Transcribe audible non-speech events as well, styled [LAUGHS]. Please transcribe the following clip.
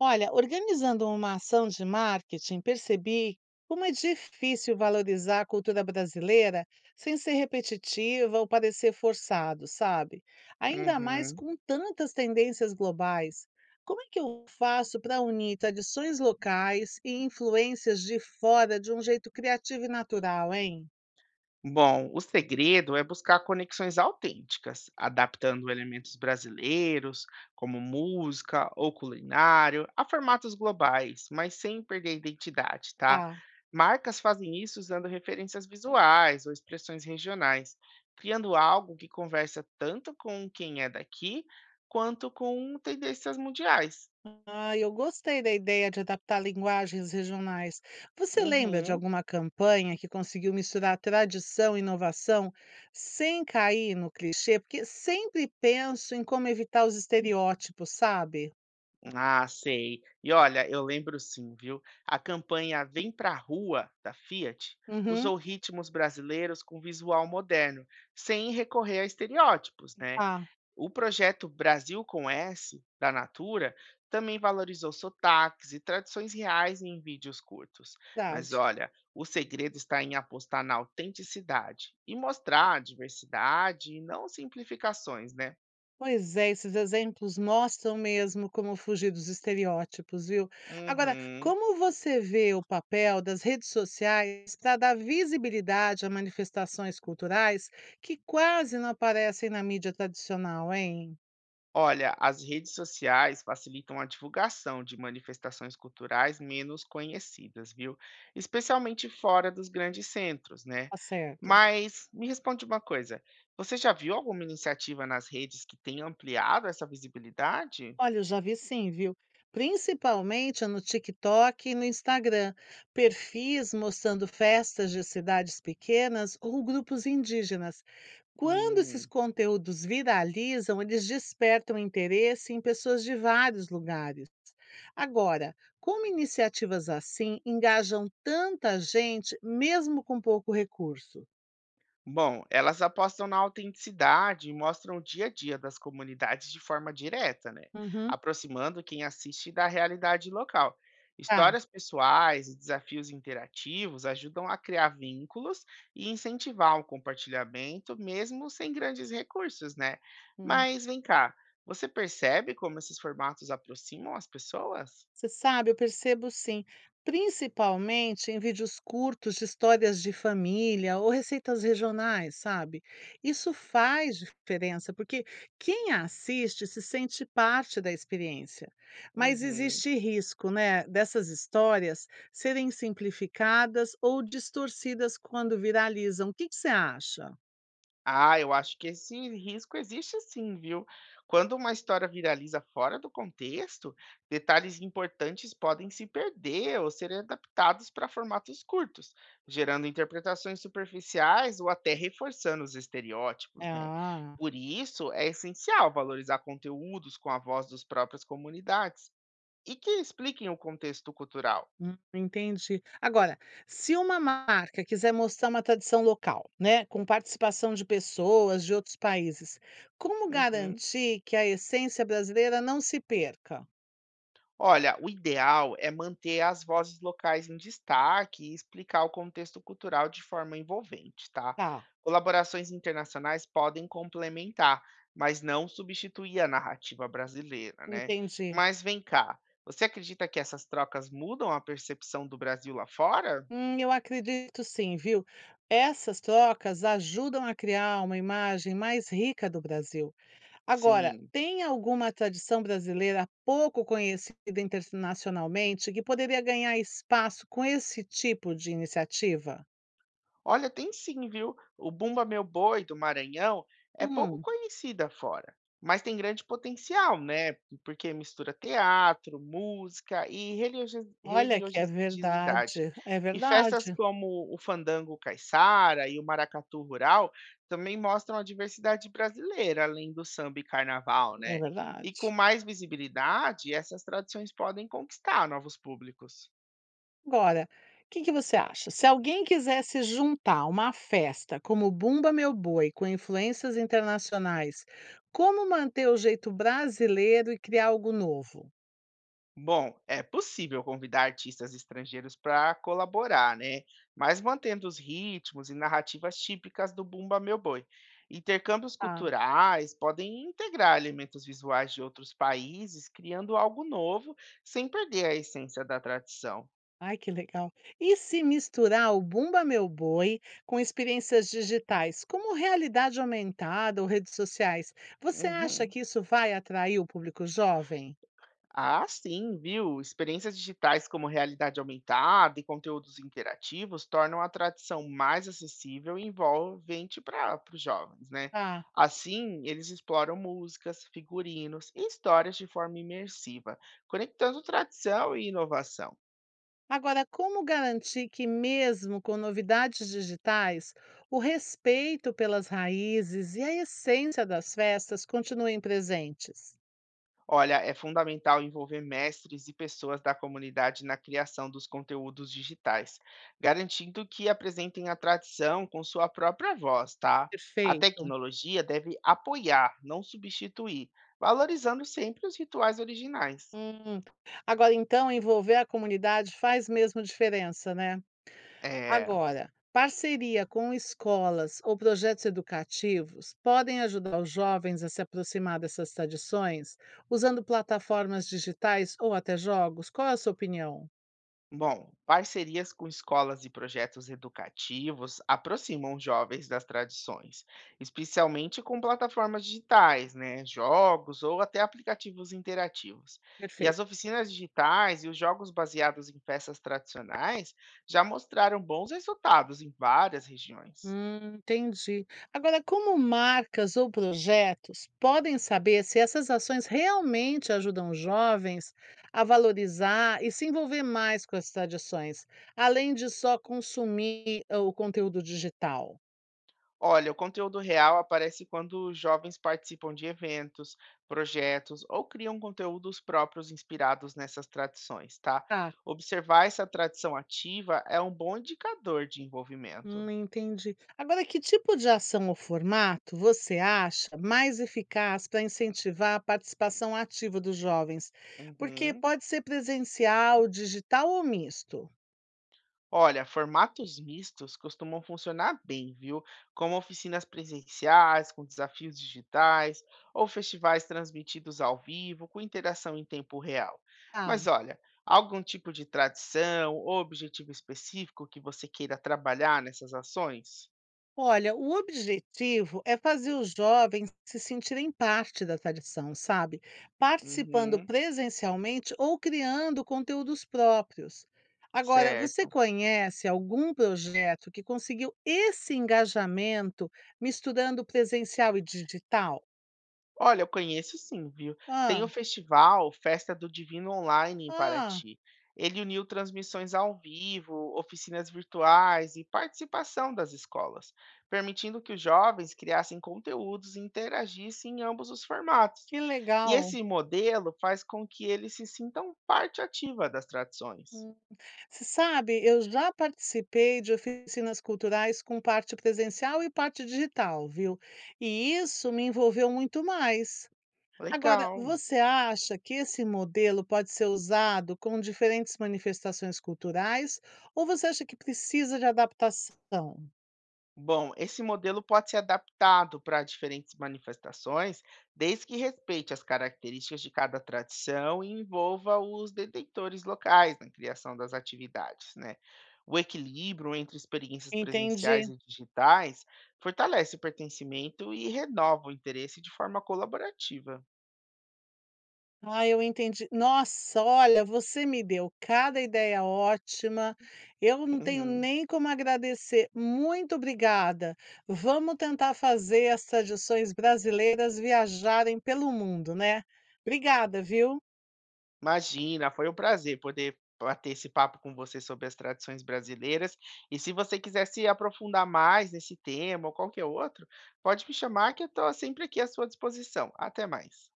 Olha, organizando uma ação de marketing, percebi como é difícil valorizar a cultura brasileira sem ser repetitiva ou parecer forçado, sabe? Ainda mais Uhum. com tantas tendências globais. Como é que eu faço para unir tradições locais e influências de fora de um jeito criativo e natural, hein? Bom, o segredo é buscar conexões autênticas, adaptando elementos brasileiros, como música ou culinário, a formatos globais, mas sem perder a identidade, tá? Tá. Marcas fazem isso usando referências visuais ou expressões regionais, criando algo que conversa tanto com quem é daqui quanto com tendências mundiais. Ah, eu gostei da ideia de adaptar linguagens regionais. Você lembra de Uhum. alguma campanha que conseguiu misturar tradição e inovação sem cair no clichê? Porque sempre penso em como evitar os estereótipos, sabe? Ah, sei. E olha, eu lembro sim, viu? A campanha Vem Pra Rua, da Fiat, Uhum. usou ritmos brasileiros com visual moderno, sem recorrer a estereótipos, né? Ah, O projeto Brasil com S, da Natura, também valorizou sotaques e tradições reais em vídeos curtos. Mas verdade. olha, o segredo está em apostar na autenticidade e mostrar a diversidade e não simplificações, né? Pois é, esses exemplos mostram mesmo como fugir dos estereótipos, viu? Agora, Uhum. como você vê o papel das redes sociais para dar visibilidade a manifestações culturais que quase não aparecem na mídia tradicional, hein? Olha, as redes sociais facilitam a divulgação de manifestações culturais menos conhecidas, viu? Especialmente fora dos grandes centros, né? Tá certo. Mas me responde uma coisa: você já viu alguma iniciativa nas redes que tenha ampliado essa visibilidade? Olha, eu já vi sim, viu? Principalmente no TikTok e no Instagram, perfis mostrando festas de cidades pequenas ou grupos indígenas. Quando esses Hum. conteúdos viralizam, eles despertam interesse em pessoas de vários lugares. Agora, como iniciativas assim engajam tanta gente, mesmo com pouco recurso? Bom, elas apostam na autenticidade e mostram o dia a dia das comunidades de forma direta, né? Uhum. Aproximando quem assiste da realidade local. Tá. Histórias pessoais e desafios interativos ajudam a criar vínculos e incentivar o compartilhamento, mesmo sem grandes recursos, né? Mas vem cá, você percebe como esses formatos aproximam as pessoas? Você sabe, eu percebo sim, principalmente em vídeos curtos de histórias de família ou receitas regionais, sabe? Isso faz diferença, porque quem assiste se sente parte da experiência. Mas Uhum. existe risco, né, dessas histórias serem simplificadas ou distorcidas quando viralizam. O que que você acha? Ah, eu acho que esse risco existe sim, viu? Quando uma história viraliza fora do contexto, detalhes importantes podem se perder ou ser adaptados para formatos curtos, gerando interpretações superficiais ou até reforçando os estereótipos, né? Ah. Por isso, é essencial valorizar conteúdos com a voz dos próprias comunidades e que expliquem o contexto cultural. Entendi. Agora, se uma marca quiser mostrar uma tradição local, né, com participação de pessoas de outros países, como Uhum. garantir que a essência brasileira não se perca? Olha, o ideal é manter as vozes locais em destaque e explicar o contexto cultural de forma envolvente, tá? Tá, Colaborações internacionais podem complementar, mas não substituir a narrativa brasileira, né? entendi. Mas vem cá, você acredita que essas trocas mudam a percepção do Brasil lá fora? Eu acredito sim, viu? Essas trocas ajudam a criar uma imagem mais rica do Brasil. Agora, Sim. tem alguma tradição brasileira pouco conhecida internacionalmente que poderia ganhar espaço com esse tipo de iniciativa? Olha, tem sim, viu? O Bumba Meu Boi do Maranhão é pouco Hum, conhecida fora, mas tem grande potencial, né? Porque mistura teatro, música e olha que é religiosidade. verdade, é E festas verdade, como o Fandango Caiçara e o Maracatu Rural também mostram a diversidade brasileira, além do samba e carnaval, é né? E com verdade. mais visibilidade, essas tradições podem conquistar novos públicos. Agora, o que que você acha? Se alguém quisesse juntar uma festa como Bumba Meu Boi com influências internacionais, como manter o jeito brasileiro e criar algo novo? Bom, é possível convidar artistas estrangeiros para colaborar, né? Mas mantendo os ritmos e narrativas típicas do Bumba Meu Boi. Intercâmbios Tá. culturais podem integrar elementos visuais de outros países, criando algo novo, sem perder a essência da tradição. Ai, que legal. E se misturar o Bumba Meu Boi com experiências digitais, como realidade aumentada ou redes sociais, você acha Uhum. que isso vai atrair o público jovem? Ah, sim, viu? Experiências digitais como realidade aumentada e conteúdos interativos tornam a tradição mais acessível e envolvente para os jovens, né? Tá. Assim, eles exploram músicas, figurinos e histórias de forma imersiva, conectando tradição e inovação. Agora, como garantir que, mesmo com novidades digitais, o respeito pelas raízes e a essência das festas continuem presentes? Olha, é fundamental envolver mestres e pessoas da comunidade na criação dos conteúdos digitais, garantindo que apresentem a tradição com sua própria voz, tá? A Perfeito. tecnologia deve apoiar, não substituir, valorizando sempre os rituais originais. Hum. Agora, então, envolver a comunidade faz mesmo diferença, né? É. Agora, parceria com escolas ou projetos educativos podem ajudar os jovens a se aproximar dessas tradições, usando plataformas digitais ou até jogos? Qual é a sua opinião? Bom, parcerias com escolas e projetos educativos aproximam os jovens das tradições, especialmente com plataformas digitais, né, jogos ou até aplicativos interativos. E Perfeito. as oficinas digitais e os jogos baseados em festas tradicionais já mostraram bons resultados em várias regiões. Entendi. Agora, como marcas ou projetos podem saber se essas ações realmente ajudam os jovens a valorizar e se envolver mais com as tradições, além de só consumir o conteúdo digital? Olha, o conteúdo real aparece quando os jovens participam de eventos, projetos ou criam conteúdos próprios inspirados nessas tradições, tá? Ah, Observar essa tradição ativa é um bom indicador de envolvimento. Entendi. Agora, que tipo de ação ou formato você acha mais eficaz para incentivar a participação ativa dos jovens? Porque Uhum. pode ser presencial, digital ou misto. Olha, formatos mistos costumam funcionar bem, viu? Como oficinas presenciais, com desafios digitais, ou festivais transmitidos ao vivo, com interação em tempo real. Tá. Mas olha, algum tipo de tradição ou objetivo específico que você queira trabalhar nessas ações? Olha, o objetivo é fazer os jovens se sentirem parte da tradição, sabe? Participando Uhum, presencialmente ou criando conteúdos próprios. Agora, você certo. conhece algum projeto que conseguiu esse engajamento misturando presencial e digital? Olha, eu conheço sim, viu? Tem o Ah, festival Festa do Divino Online em ah, Paraty. Ele uniu transmissões ao vivo, oficinas virtuais e participação das escolas, permitindo que os jovens criassem conteúdos e interagissem em ambos os formatos. que E legal! esse modelo faz com que eles se sintam parte ativa das tradições. Hum. Você sabe, eu já participei de oficinas culturais com parte presencial e parte digital, viu? E isso me envolveu muito mais. Agora, Legal. você acha que esse modelo pode ser usado com diferentes manifestações culturais ou você acha que precisa de adaptação? Bom, esse modelo pode ser adaptado para diferentes manifestações, desde que respeite as características de cada tradição e envolva os detentores locais na criação das atividades, né? O equilíbrio entre experiências Entende? presenciais e digitais fortalece o pertencimento e renova o interesse de forma colaborativa. Ah, eu entendi. Nossa, olha, você me deu cada ideia ótima. Eu não tenho [LAUGHS] nem como agradecer. Muito obrigada. Vamos tentar fazer as tradições brasileiras viajarem pelo mundo, né? Obrigada, viu? Imagina, foi um prazer poder bater esse papo com você sobre as tradições brasileiras. E se você quiser se aprofundar mais nesse tema ou qualquer outro, pode me chamar que eu estou sempre aqui à sua disposição. Até mais.